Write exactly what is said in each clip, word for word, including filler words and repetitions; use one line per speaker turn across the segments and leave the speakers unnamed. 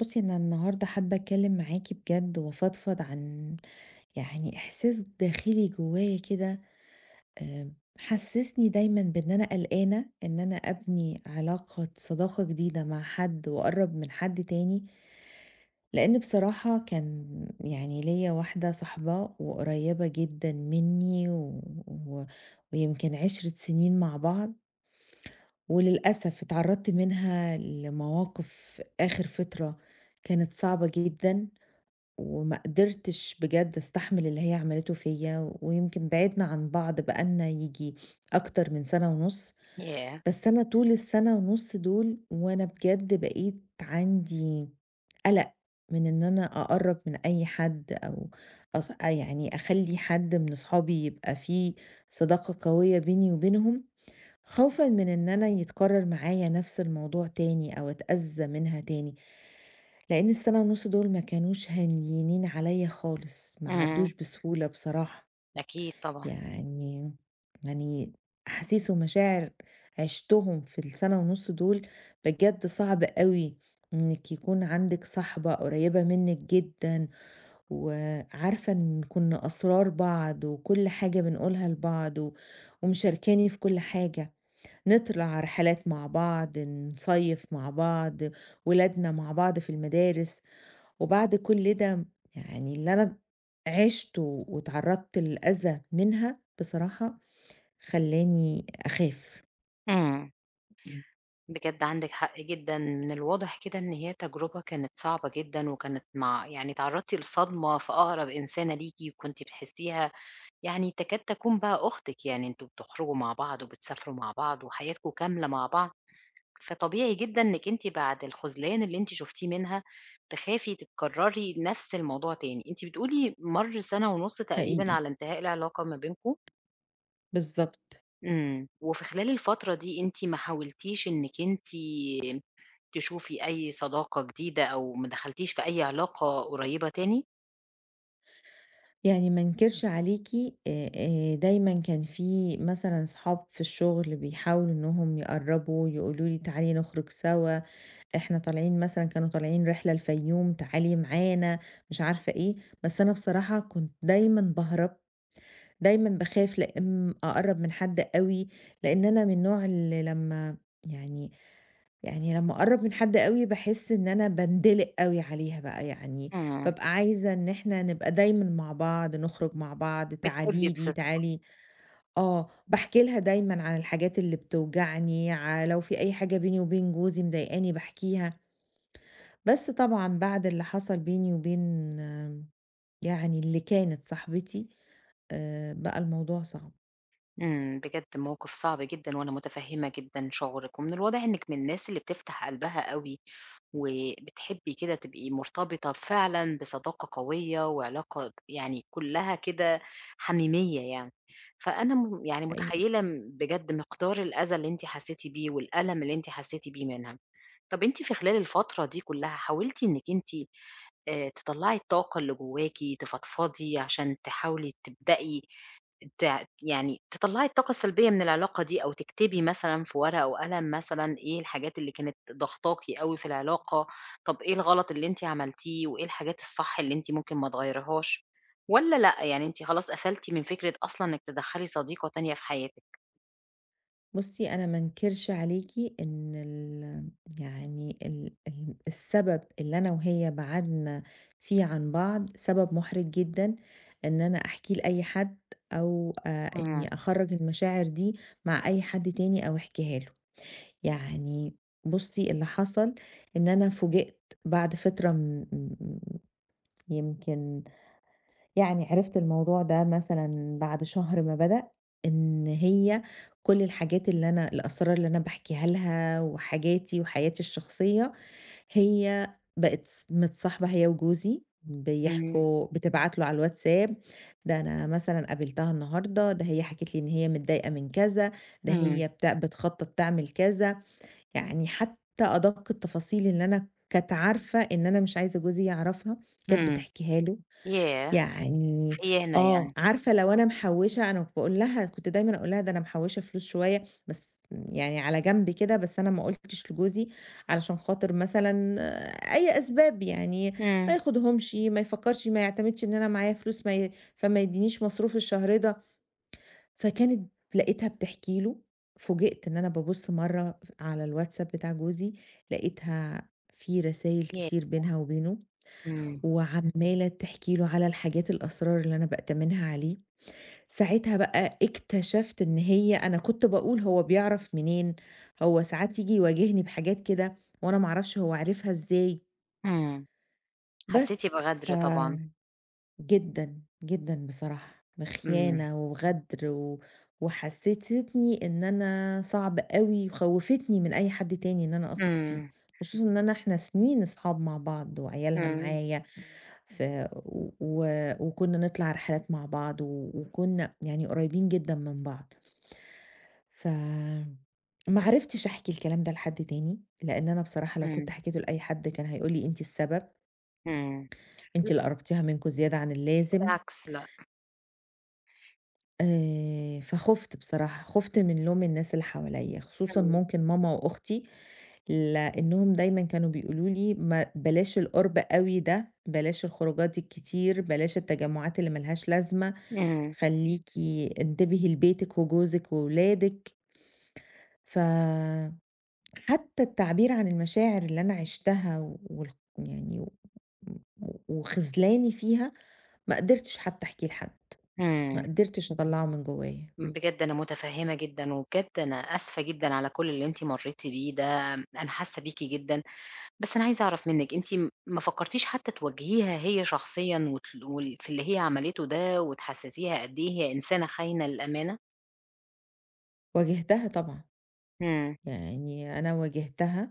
بُصّي، أنا النهارده حابة أتكلّم معاكِ بجد وأفضفض عن يعني إحساس داخلي جوّايا كده. آآ محسّسني دايمًا بإن أنا قلقانة إن أنا أبني علاقة صداقة جديدة مع حد وأقرّب من حد تاني، لإن بصراحة كان يعني ليّا واحدة صاحبة وقريّبة جدًا منّي و و ويمكن عشر سنين مع بعض. وللأسف اتعرّضت منها لمواقف آخِر فترة كانت صعبة جدًا، وما قدرتش بجد أستحمل اللي هي عملته فيّا، ويمكن بعدنا عن بعض بقى لنا ييجي أكتر من سَنة ونُص،
ياه!
بس أنا طول السَنة ونُص دول وأنا بجد بقيت عندي قلق من إن أنا أقرّب من أي حد، أو أص يعني أخلّي حد من أصحابي يبقى في صداقة قوية بيني وبينهم، خوفًا من إن أنا يتكرر معايا نفس الموضوع تاني أو أتأذى منها تاني، لإن السنة ونُص دول ما كانوش هينين عليَّ خالص، ما
إمم،
عدّوش بسهولة بصراحة.
أكيد طبعًا،
يعني يعني أحاسيس ومشاعر عِشتهم في السنة ونُص دول بجد صعب أوي إنِّك يكون عندِك صاحبة قريبة منِّك جدًا، وعارفة إن كُنّا أسرار بعض وكل حاجة بنقولها لبعض و ومشاركاني في كل حاجة. نطلع رحلات مع بعض، نصيف مع بعض، ولادنا مع بعض في المدارس، وبعد كل ده يعني اللي أنا عِشته واتعرضت لأذى منها بصراحة خلّاني أخاف.
إمم،
إمم،
بجد عندِك حق جدًا، من الواضح كده إن هي تجربة كانت صعبة جدًا، وكانت مع يعني اتعرضتِ لصدمة في أقرب إنسانة ليكِ، وكنتِ بتحسيها يعني تكاد تكون بقى أختِك، يعني أنتم بتخرجوا مع بعض وبتسافروا مع بعض وحياتكم كاملة مع بعض، فطبيعي جدًا إنِك أنتِ بعد الخذلان اللي أنتِ شُفتيه منها تخافي تكرري نفس الموضوع تاني، أنتِ بتقولي مَر سنة ونُص تقريبًا
حقيقي،
على انتهاء العلاقة ما بينكم؟
بالضبط.
إمم. وفي خلال الفترة دي أنتِ ما حاولتيش إنِّك أنتِ تشوفي أي صداقة جديدة أو ما دخلتيش في أي علاقة قريّبة تاني؟
يعني ما أنكرش عليكِ. آآ، آآ، دايمًا كان في مثلًا صحاب في الشغل بيحاولوا إنهم يقرّبوا، يقولوا لي: تعالي نخرج سوا، إحنا طالعين مثلًا، كانوا طالعين رحلة الفيوم، تعالي معانا، مش عارفة إيه. بس أنا بصراحة كنت دايمًا باهرب، دايمًا باخاف لأ إمم أقرّب من حد أوي، لإن أنا من النوع اللي لمّا يعني، يعني لمّا أقرّب من حد أوي باحس إن أنا باندلق أوي عليها بقى، يعني
إمم.
بابقى عايزة إن إحنا نبقى دايمًا مع بعض، نخرج مع بعض،
بتحبّي
تعالي لي،
بصدق.
تعالي آه، باحكي لها دايمًا عن الحاجات اللي بتوجعني، ع لو في أي حاجة بيني وبين جوزي مضايقاني باحكيها. بس طبعًا بعد اللي حصل بيني وبين آه، يعني اللي كانت صاحبتي، آآ بقى الموضوع صعب.
إمم. بجد موقِف صعب جدًا وأنا مُتفهِّمة جدًا شعورِك ومن الواضح إنِّك من الناس اللي بتفتح قلبها أوي وبتحبي كده تبقي مرتبطة فعلًا بصداقة قوية وعلاقة يعني كلّها كده حميمية يعني، فأنا م يعني
حقيقي.
متخيّلة م بجد مقدار الأذى اللي أنتِ حسّيتِ بيه والألم اللي أنتِ حسّيتِ بيه منها. طَب أنتِ في خلال الفترة دي كلّها حاولتِ إنِّك أنتِ آآ تطلّعي الطاقة اللي جواكِ، تفضفضي عشان تحاولي تبدئي ت يعني تطلّعي الطاقة السلبية من العلاقة دي، أو تكتبي مثلًا في ورقة وقلم مثلًا إيه الحاجات اللي كانت ضاغطاكِ أوي في العلاقة، طَب إيه الغلط اللي أنتِ عملتيه، وإيه الحاجات الصح اللي أنتِ ممكن ما تغيّريهاش، والّا لأ، يعني أنتِ خلاص قفلتِ من فكرة أصلًا إنِّك تدخّلي صديقة تانية في حياتِك؟
بُصّي، أنا ما أنكرش عليكِ إن ال يعني ال ال السبب اللي أنا وهي بعدنا فيه عن بعض سبب محرج جدًا إن أنا أحكيه لأي حد، أو آآ
إمم،
إني أخرّج المشاعر دي مع أي حد تاني أو أحكيها له. يعني بُصّي، اللي حصل إن أنا فوجئت بعد فترة م م يمكن، يعني عرفت الموضوع ده مثلًا بعد شهر ما بدأ، إن هي كل الحاجات اللي أنا الأسرار اللي أنا باحكيها لها وحاجاتي وحياتي الشخصية، هي بقت ص متصاحبة هي وجوزي،
إمم،
بيحكوا، بتبعت له على الواتساب: ده أنا مثلًا قابلتها النهارده، ده هي حكت لي إن هي متضايقة من كذا، ده
إمم،
هي بتا بتخطط تعمل كذا، يعني حتى أدق التفاصيل اللي أنا كانت عارفة إن أنا مش عايزة جوزي يعرفها، كانت
إمم،
بتحكيها له.
ياه!
يعني
في إيه هنا
آه،
يعني؟
عارفة لو أنا محوّشة، أنا باقول لها، كنت دايمًا أقول لها: "ده أنا محوّشة فلوس شوية بس يعني على جنب كده، بس أنا ما قُلتش لجوزي علشان خاطر مثلًا، آه، أي أسباب، يعني ما
إمم،
ياخدهمش، ما يفكّرش، ما يعتمدش إن أنا معايا فلوس، ما ي فما يدّينيش مصروف الشهر ده." فكانت لقيتها بتحكي له. فوجئت إن أنا بابُص مرّة ف على الواتساب بتاع جوزي، لقيتها في رسايل
ياه!
كتير بينها وبينه.
إمم،
وعمّالة تحكي له على الحاجات الأسرار اللي أنا بأتمنها عليه. ساعتها بقى اكتشفت، إن هي، أنا كنت باقول هو بيعرف منين، هو ساعات ييجي يواجهني بحاجات كده وأنا ما أعرفش هو عرفها إزاي.
إمم. حسيتِ
بس ف
بغدر طبعًا،
جدًا، جدًا بصراحة،
إمم،
بخيانة وغدر، و وحسستني إن أنا صعب أوي، وخوّفتني من أي حد تاني إن أنا أثق فيه،
إمم،
خصوصًا إن أنا، إحنا سنين أصحاب مع بعض وعيالها
إمم،
معايا، ف و وكنا نطلع رحلات مع بعض و وكنا يعني قريبين جدًا من بعض. ف ما عرفتش أحكي الكلام ده لحد تاني، لإن أنا بصراحة لو كنت
إمم،
حكيته لأي حد كان هيقول لي: أنتِ السبب،
إمم،
أنتِ اللي قرّبتيها منكم زيادة عن اللازم.
بالعكس لأ،
آآ، فخُفت بصراحة، خُفت من لوم الناس اللي حواليّا، خصوصًا
إمم،
ممكن ماما وأختي، لإنهم دايمًا كانوا بيقولوا لي: ما بلاش القُرب أوي ده، بلاش الخروجات الكتير، بلاش التجمعات اللي ما لهاش لازمة،
إمم،
خلّيكِ انتبهي لبيتِك وجوزِك وولادِك. فحتى التعبير عن المشاعر اللي أنا عِشتها و- وال يعني و و- وخذلاني فيها ما قدرتش حتى أحكيه لحد، ما
إمم،
قدرتش أطلّعه من جوايا.
بجد أنا متفهمة جدًا، وبجد أنا آسفة جدًا على كل اللي أنتِ مريتِ بيه ده، أنا حاسة بيكِ جدًا، بس أنا عايزة أعرف منِك أنتِ م ما فكرتيش حتى تواجهيها هي شخصيًا وتل وال في اللي هي عملته ده، وتحسسيها قد إيه هي إنسانة خاينة للأمانة؟
واجهتها طبعًا.
إمم،
يعني أنا واجهتها،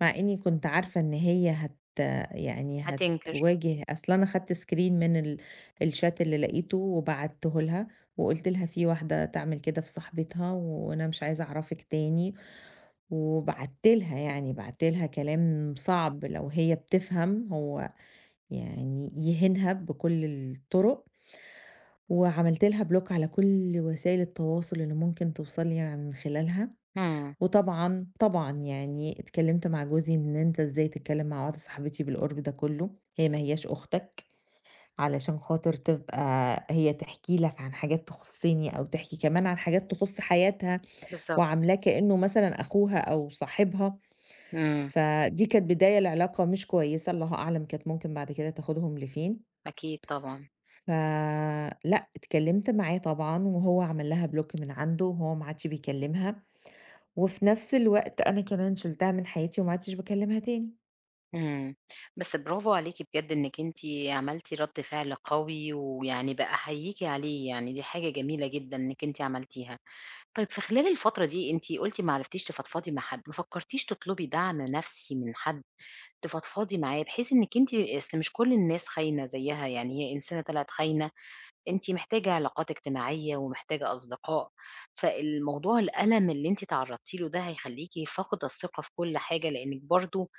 مع إني كنت عارفة إن هي هت يعني
هتنكر،
هتواجه. أصل أنا خدت screen من ال الchat اللي لقيته وبعته لها، وقُلت لها: في واحدة تعمل كده في صاحبتها، وأنا مش عايزة أعرفِك تاني. وبعتّ لها يعني بعتّ لها كلام صعب لو هي بتفهم هو يعني يهينها بكل الطرق، وعملت لها block على كل وسائل التواصل اللي ممكن توصل لي عن خلالها.
إمم،
وطبعًا، طبعًا يعني اتكلّمت مع جوزي إن: أنت إزاي تتكلّم مع واحدة صاحبتي بالقُرب ده كلّه؟ هي ما هياش أختك، علشان خاطر تبقى هي تحكي لك عن حاجات تخُصّني، أو تحكي كمان عن حاجات تخُص حياتها،
بالضبط،
وعاملاه كإنّه مثلًا أخوها أو صاحبها.
إمم،
فدي كانت بداية لعلاقة مش كويسة، الله أعلم كانت ممكن بعد كده تاخدهم لفين.
أكيد طبعًا.
فلأ، اتكلّمت معاه طبعًا، وهو عمل لها block من عنده، وهو ما عادش بيكلّمها، وفي نفس الوقت أنا كمان شِلتها من حياتي، وما عدتش باكلمها تاني.
إمم. بس برافو عليكِ بجد إنِّك أنتِ عملتِ رَد فعل قوي، ويعني باحييكِ عليه، يعني دي حاجة جميلة جدًا إنِّك أنتِ عملتيها. طيب في خلال الفترة دي أنتِ قُلتِ ما عرفتيش تفضفضي مع حد، ما فكرتيش تطلبي دعم نفسي من حد تفضفضي معاه، بحيث إنِّك أنتِ أصل مش كل الناس خاينة زيها، يعني هي إنسانة طلعت خاينة، أنتِ محتاجة علاقات اجتماعية ومحتاجة أصدقاء، فالموضوع الألم اللي أنتِ تعرضتِ له ده هيخلّيكِ فاقدة الثقة في كل حاجة، لإنِّك برضه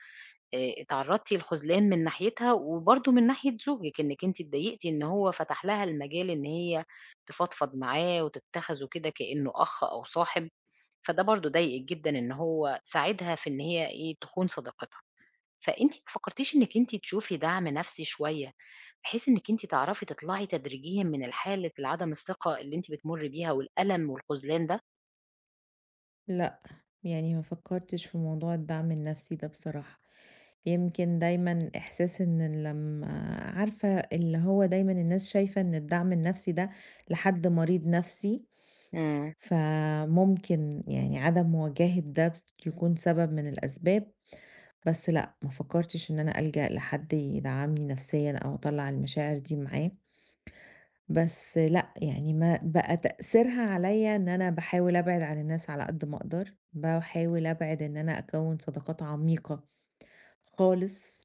آآ اتعرّضتِ لخذلان من ناحيتها وبرضه من ناحية زوجِك، إنِّك أنتِ اتضايقتِ إن هو فتح لها المجال إن هي تفضفض معاه وتتّخذه كده كإنه أخ أو صاحب، فده برضه ضايقِك جدًا إن هو ساعدها في إن هي إيه، تخون صداقتها. فأنتِ ما فكّرتيش إنِّك أنتِ تشوفي دعم نفسي شوية، بحيث إنِّك أنتِ تعرفي تطلعي تدريجيًا من الحالة العدم الثقة اللي أنتِ بتمُرّي بيها والألم والخذلان ده؟
لأ، يعني ما فكرتش في موضوع الدعم النفسي ده بصراحة. يمكن دايمًا إحساس إن لمّا، عارفة اللي هو دايمًا الناس شايفة إن الدعم النفسي ده لحد مريض نفسي،
إمم،
فممكن يعني عدم مواجهة ده بس يكون سبب من الأسباب. بس لأ، ما فكرتش إن أنا ألجأ لحد يدعمني نفسيًا أو أطلّع المشاعر دي معاه. بس لأ، يعني ما بقى تأثيرها عليَّ إن أنا باحاول أبعد عن الناس على قد ما أقدر، باحاول أبعد إن أنا أكوّن صداقات عميقة خالص.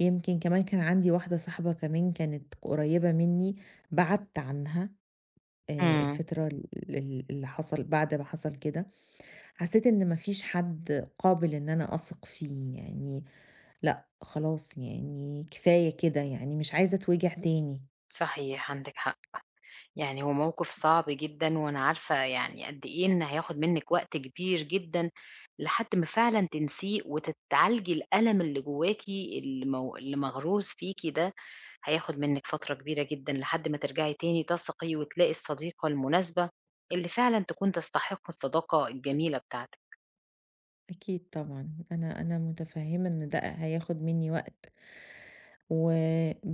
يمكن كمان كان عندي واحدة صاحبة كمان كانت قريّبة منّي، بعدت عنها آآ
إمم،
الفترة ال ال اللي حصل بعد ما حصل كده، حسّيت إن ما فيش حد قابل إن أنا أثق فيه. يعني لأ، خلاص يعني كفاية كده، يعني مش عايزة أتوجع تاني.
صحيح عندِك حق. يعني هو موقف صعب جدًا، وأنا عارفة يعني قد إيه إن هياخد منِّك وقت كبير جدًا لحد ما فعلًا تنسيه وتتعالجي الألم اللي جواكِ اللي مو اللي مغروس فيكِ ده، هياخد منِّك فترة كبيرة جدًا لحد ما ترجعي تاني تثقي وتلاقي الصديقة المناسبة، اللي فعلًا تكون تستحق الصداقة الجميلة بتاعتِك.
أكيد طبعًا، أنا أنا متفهّمة إن ده هياخد منّي وقت، و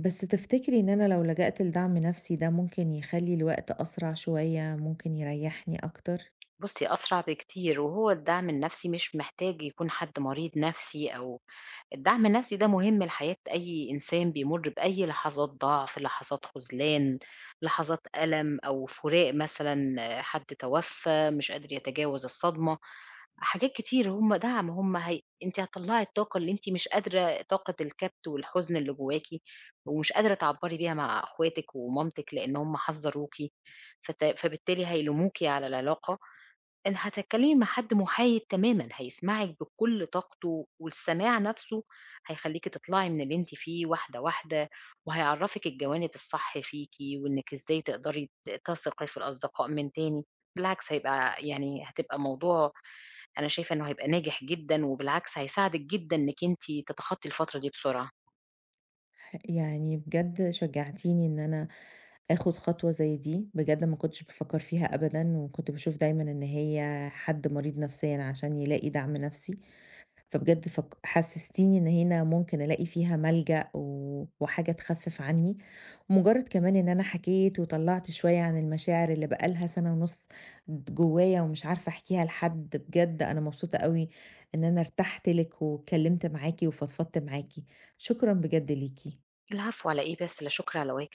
بس تفتكري إن أنا لو لجأت لدعم نفسي ده ممكن يخلّي الوقت أسرع شوية، ممكن يريّحني أكتر؟
بُصي أسرع بكتير، وهو الدعم النفسي مش محتاج يكون حد مريض نفسي أو الدعم النفسي ده مهم لحياة أي إنسان بيمُر بأي لحظات ضعف، لحظات خذلان، لحظات ألم أو فراق مثلًا، آه، حد توفّى مش قادر يتجاوز الصدمة، حاجات كتير هم دعم، هم هي أنتِ هتطلّعي الطاقة اللي أنتِ مش قادرة طاقة الكبت والحزن اللي جواكِ ومش قادرة تعبّري بيها مع أخواتِك ومامتِك لإن هم حذّروكِ، فت فبالتالي هيلوموكِ على العلاقة، إن هتتكلمي مع حد محايد تمامًا، هيسمعِك بكل طاقته، والسماع نفسه هيخلّيكِ تطلعي من اللي أنتِ فيه واحدة، واحدة، وهيعرّفِك الجوانب الصح فيكِ، وإنِّك إزاي تقدري ت تثقي في الأصدقاء من تاني، بالعكس هيبقى يعني هتبقى موضوع أنا شايفة إنه هيبقى ناجح جدًا، وبالعكس هيساعدِك جدًا إنِّك أنتِ تتخطي الفترة دي بسرعة.
ح يعني بجد شجّعتيني إن أنا آخُد خطوة زي دي، بجد ما كنتش بافكّر فيها أبدًا، وكنت باشوف دايمًا إن هي حد مريض نفسيًا عشان يلاقي دعم نفسي. فبجد فك حسستيني إن هنا ممكن ألاقي فيها ملجأ، و وحاجة تخفف عني. مجرد كمان إن أنا حكيت وطلعت شوية عن المشاعر اللي بقى لها سنة ونص جوايا ومش عارفة أحكيها لحد، بجد أنا مبسوطة أوي إن أنا ارتحت لِك واتكلمت معاكِ وفضفضت معاكِ. شكرًا بجد ليكِ.
العفو على إيه بس، لا شكر على واجب.